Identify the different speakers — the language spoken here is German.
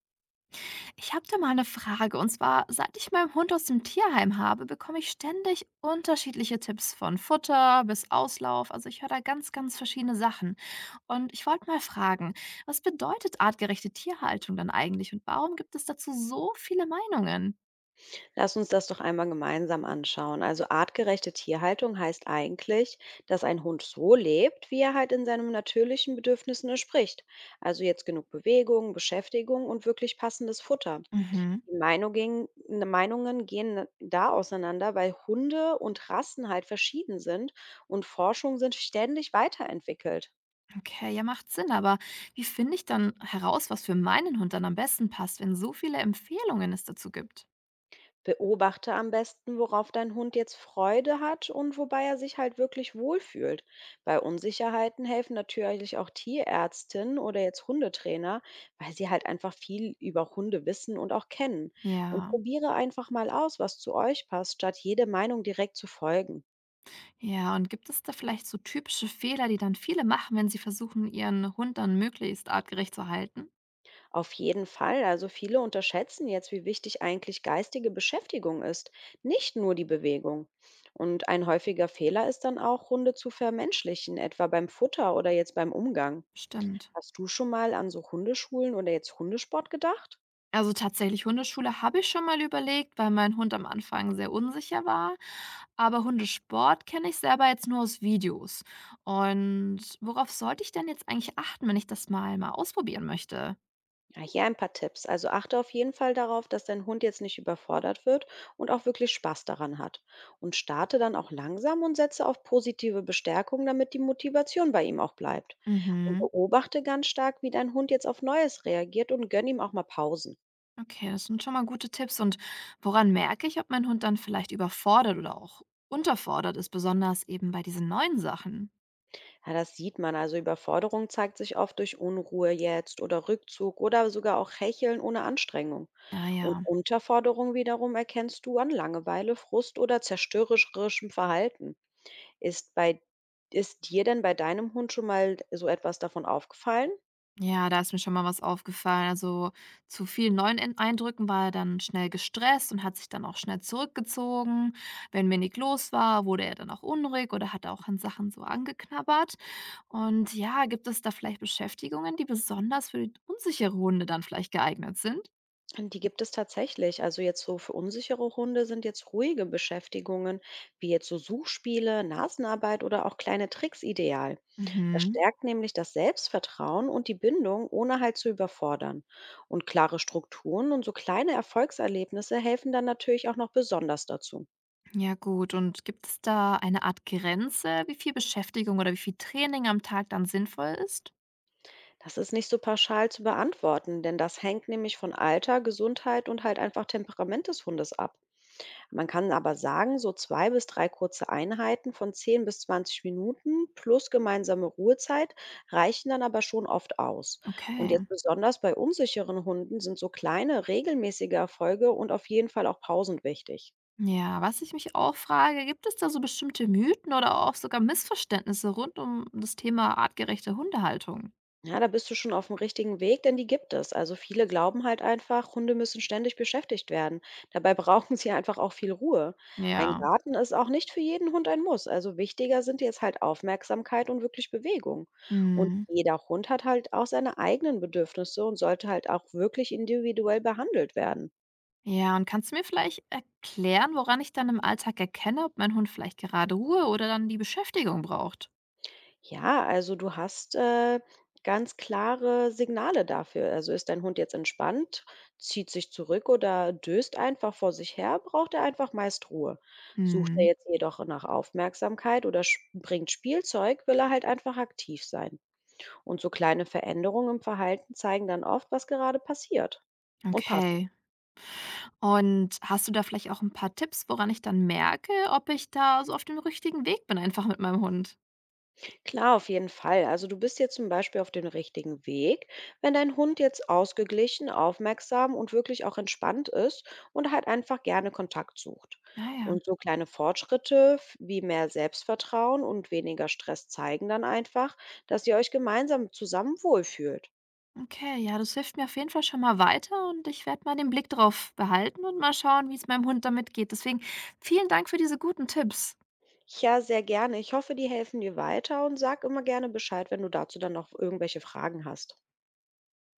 Speaker 1: Ich habe da mal eine Frage. Und zwar, seit ich meinen Hund aus dem Tierheim habe, bekomme ich ständig unterschiedliche Tipps von Futter bis Auslauf. Also ich höre da ganz verschiedene Sachen. Und ich wollte mal fragen, was bedeutet artgerechte Tierhaltung dann eigentlich und warum gibt es dazu so viele Meinungen?
Speaker 2: Lass uns das doch einmal gemeinsam anschauen. Also artgerechte Tierhaltung heißt eigentlich, dass ein Hund so lebt, wie er halt in seinen natürlichen Bedürfnissen entspricht. Also jetzt genug Bewegung, Beschäftigung und wirklich passendes Futter.
Speaker 1: Mhm.
Speaker 2: Die Meinungen gehen da auseinander, weil Hunde und Rassen halt verschieden sind und Forschungen sind ständig weiterentwickelt.
Speaker 1: Okay, ja, macht Sinn. Aber wie finde ich dann heraus, was für meinen Hund dann am besten passt, wenn so viele Empfehlungen es dazu gibt?
Speaker 2: Beobachte am besten, worauf dein Hund jetzt Freude hat und wobei er sich halt wirklich wohlfühlt. Bei Unsicherheiten helfen natürlich auch Tierärztinnen oder jetzt Hundetrainer, weil sie halt einfach viel über Hunde wissen und auch kennen. Und
Speaker 1: Ja.
Speaker 2: probiere einfach mal aus, was zu euch passt, statt jede Meinung direkt zu folgen.
Speaker 1: Ja, und gibt es da vielleicht so typische Fehler, die dann viele machen, wenn sie versuchen, ihren Hund dann möglichst artgerecht zu halten?
Speaker 2: Auf jeden Fall. Also viele unterschätzen jetzt, wie wichtig eigentlich geistige Beschäftigung ist, nicht nur die Bewegung. Und ein häufiger Fehler ist dann auch, Hunde zu vermenschlichen, etwa beim Futter oder jetzt beim Umgang.
Speaker 1: Stimmt.
Speaker 2: Hast du schon mal an so Hundeschulen oder jetzt Hundesport gedacht?
Speaker 1: Also tatsächlich, Hundeschule habe ich schon mal überlegt, weil mein Hund am Anfang sehr unsicher war. Aber Hundesport kenne ich selber jetzt nur aus Videos. Und worauf sollte ich denn jetzt eigentlich achten, wenn ich das mal ausprobieren möchte?
Speaker 2: Ja, hier ein paar Tipps. Also achte auf jeden Fall darauf, dass dein Hund jetzt nicht überfordert wird und auch wirklich Spaß daran hat. Und starte dann auch langsam und setze auf positive Bestärkung, damit die Motivation bei ihm auch bleibt. Und
Speaker 1: Mhm.
Speaker 2: beobachte ganz stark, wie dein Hund jetzt auf Neues reagiert und gönn ihm auch mal Pausen.
Speaker 1: Okay, das sind schon mal gute Tipps. Und woran merke ich, ob mein Hund dann vielleicht überfordert oder auch unterfordert ist, besonders eben bei diesen neuen Sachen?
Speaker 2: Ja, das sieht man. Also Überforderung zeigt sich oft durch Unruhe jetzt oder Rückzug oder sogar auch Hecheln ohne Anstrengung.
Speaker 1: Ah
Speaker 2: Und
Speaker 1: ja.
Speaker 2: Unterforderung wiederum erkennst du an Langeweile, Frust oder zerstörerischem Verhalten. Ist bei Ist dir denn bei deinem Hund schon mal so etwas davon aufgefallen?
Speaker 1: Ja, da ist mir schon mal was aufgefallen. Also zu vielen neuen Eindrücken war er dann schnell gestresst und hat sich dann auch schnell zurückgezogen. Wenn wenig los war, wurde er dann auch unruhig oder hat auch an Sachen so angeknabbert. Und ja, gibt es da vielleicht Beschäftigungen, die besonders für unsichere Hunde dann vielleicht geeignet sind?
Speaker 2: Und die gibt es tatsächlich. Also jetzt so für unsichere Hunde sind jetzt ruhige Beschäftigungen, wie jetzt so Suchspiele, Nasenarbeit oder auch kleine Tricks ideal. Das
Speaker 1: Mhm.
Speaker 2: stärkt nämlich das Selbstvertrauen und die Bindung, ohne halt zu überfordern. Und klare Strukturen und so kleine Erfolgserlebnisse helfen dann natürlich auch noch besonders dazu.
Speaker 1: Ja gut, und gibt es da eine Art Grenze, wie viel Beschäftigung oder wie viel Training am Tag dann sinnvoll ist?
Speaker 2: Das ist nicht so pauschal zu beantworten, denn das hängt nämlich von Alter, Gesundheit und halt einfach Temperament des Hundes ab. Man kann aber sagen, so 2 bis 3 kurze Einheiten von 10 bis 20 Minuten plus gemeinsame Ruhezeit reichen dann aber schon oft aus. Und
Speaker 1: Okay.
Speaker 2: jetzt besonders bei unsicheren Hunden sind so kleine, regelmäßige Erfolge und auf jeden Fall auch Pausen wichtig.
Speaker 1: Ja, was ich mich auch frage, gibt es da so bestimmte Mythen oder auch sogar Missverständnisse rund um das Thema artgerechte Hundehaltung?
Speaker 2: Ja, da bist du schon auf dem richtigen Weg, denn die gibt es. Also viele glauben halt einfach, Hunde müssen ständig beschäftigt werden. Dabei brauchen sie einfach auch viel Ruhe. Ein
Speaker 1: Ja.
Speaker 2: Garten ist auch nicht für jeden Hund ein Muss. Also wichtiger sind jetzt halt Aufmerksamkeit und wirklich Bewegung. Und
Speaker 1: Mhm.
Speaker 2: jeder Hund hat halt auch seine eigenen Bedürfnisse und sollte halt auch wirklich individuell behandelt werden.
Speaker 1: Ja, und kannst du mir vielleicht erklären, woran ich dann im Alltag erkenne, ob mein Hund vielleicht gerade Ruhe oder dann die Beschäftigung braucht?
Speaker 2: Ja, also du hast ganz klare Signale dafür. Also ist dein Hund jetzt entspannt, zieht sich zurück oder döst einfach vor sich her, braucht er einfach meist Ruhe. Sucht er
Speaker 1: Mhm.
Speaker 2: jetzt jedoch nach Aufmerksamkeit oder bringt Spielzeug, will er halt einfach aktiv sein. Und so kleine Veränderungen im Verhalten zeigen dann oft, was gerade passiert und passt.
Speaker 1: Okay. Und hast du da vielleicht auch ein paar Tipps, woran ich dann merke, ob ich da so auf dem richtigen Weg bin, einfach mit meinem Hund?
Speaker 2: Klar, auf jeden Fall. Also du bist jetzt zum Beispiel auf dem richtigen Weg, wenn dein Hund jetzt ausgeglichen, aufmerksam und wirklich auch entspannt ist und halt einfach gerne Kontakt sucht.
Speaker 1: Ja, ja.
Speaker 2: Und so kleine Fortschritte wie mehr Selbstvertrauen und weniger Stress zeigen dann einfach, dass ihr euch gemeinsam zusammen wohlfühlt.
Speaker 1: Okay, ja, das hilft mir auf jeden Fall schon mal weiter und ich werde mal den Blick drauf behalten und mal schauen, wie es meinem Hund damit geht. Deswegen vielen Dank für diese guten Tipps.
Speaker 2: Ja, sehr gerne. Ich hoffe, die helfen dir weiter und sag immer gerne Bescheid, wenn du dazu dann noch irgendwelche Fragen hast.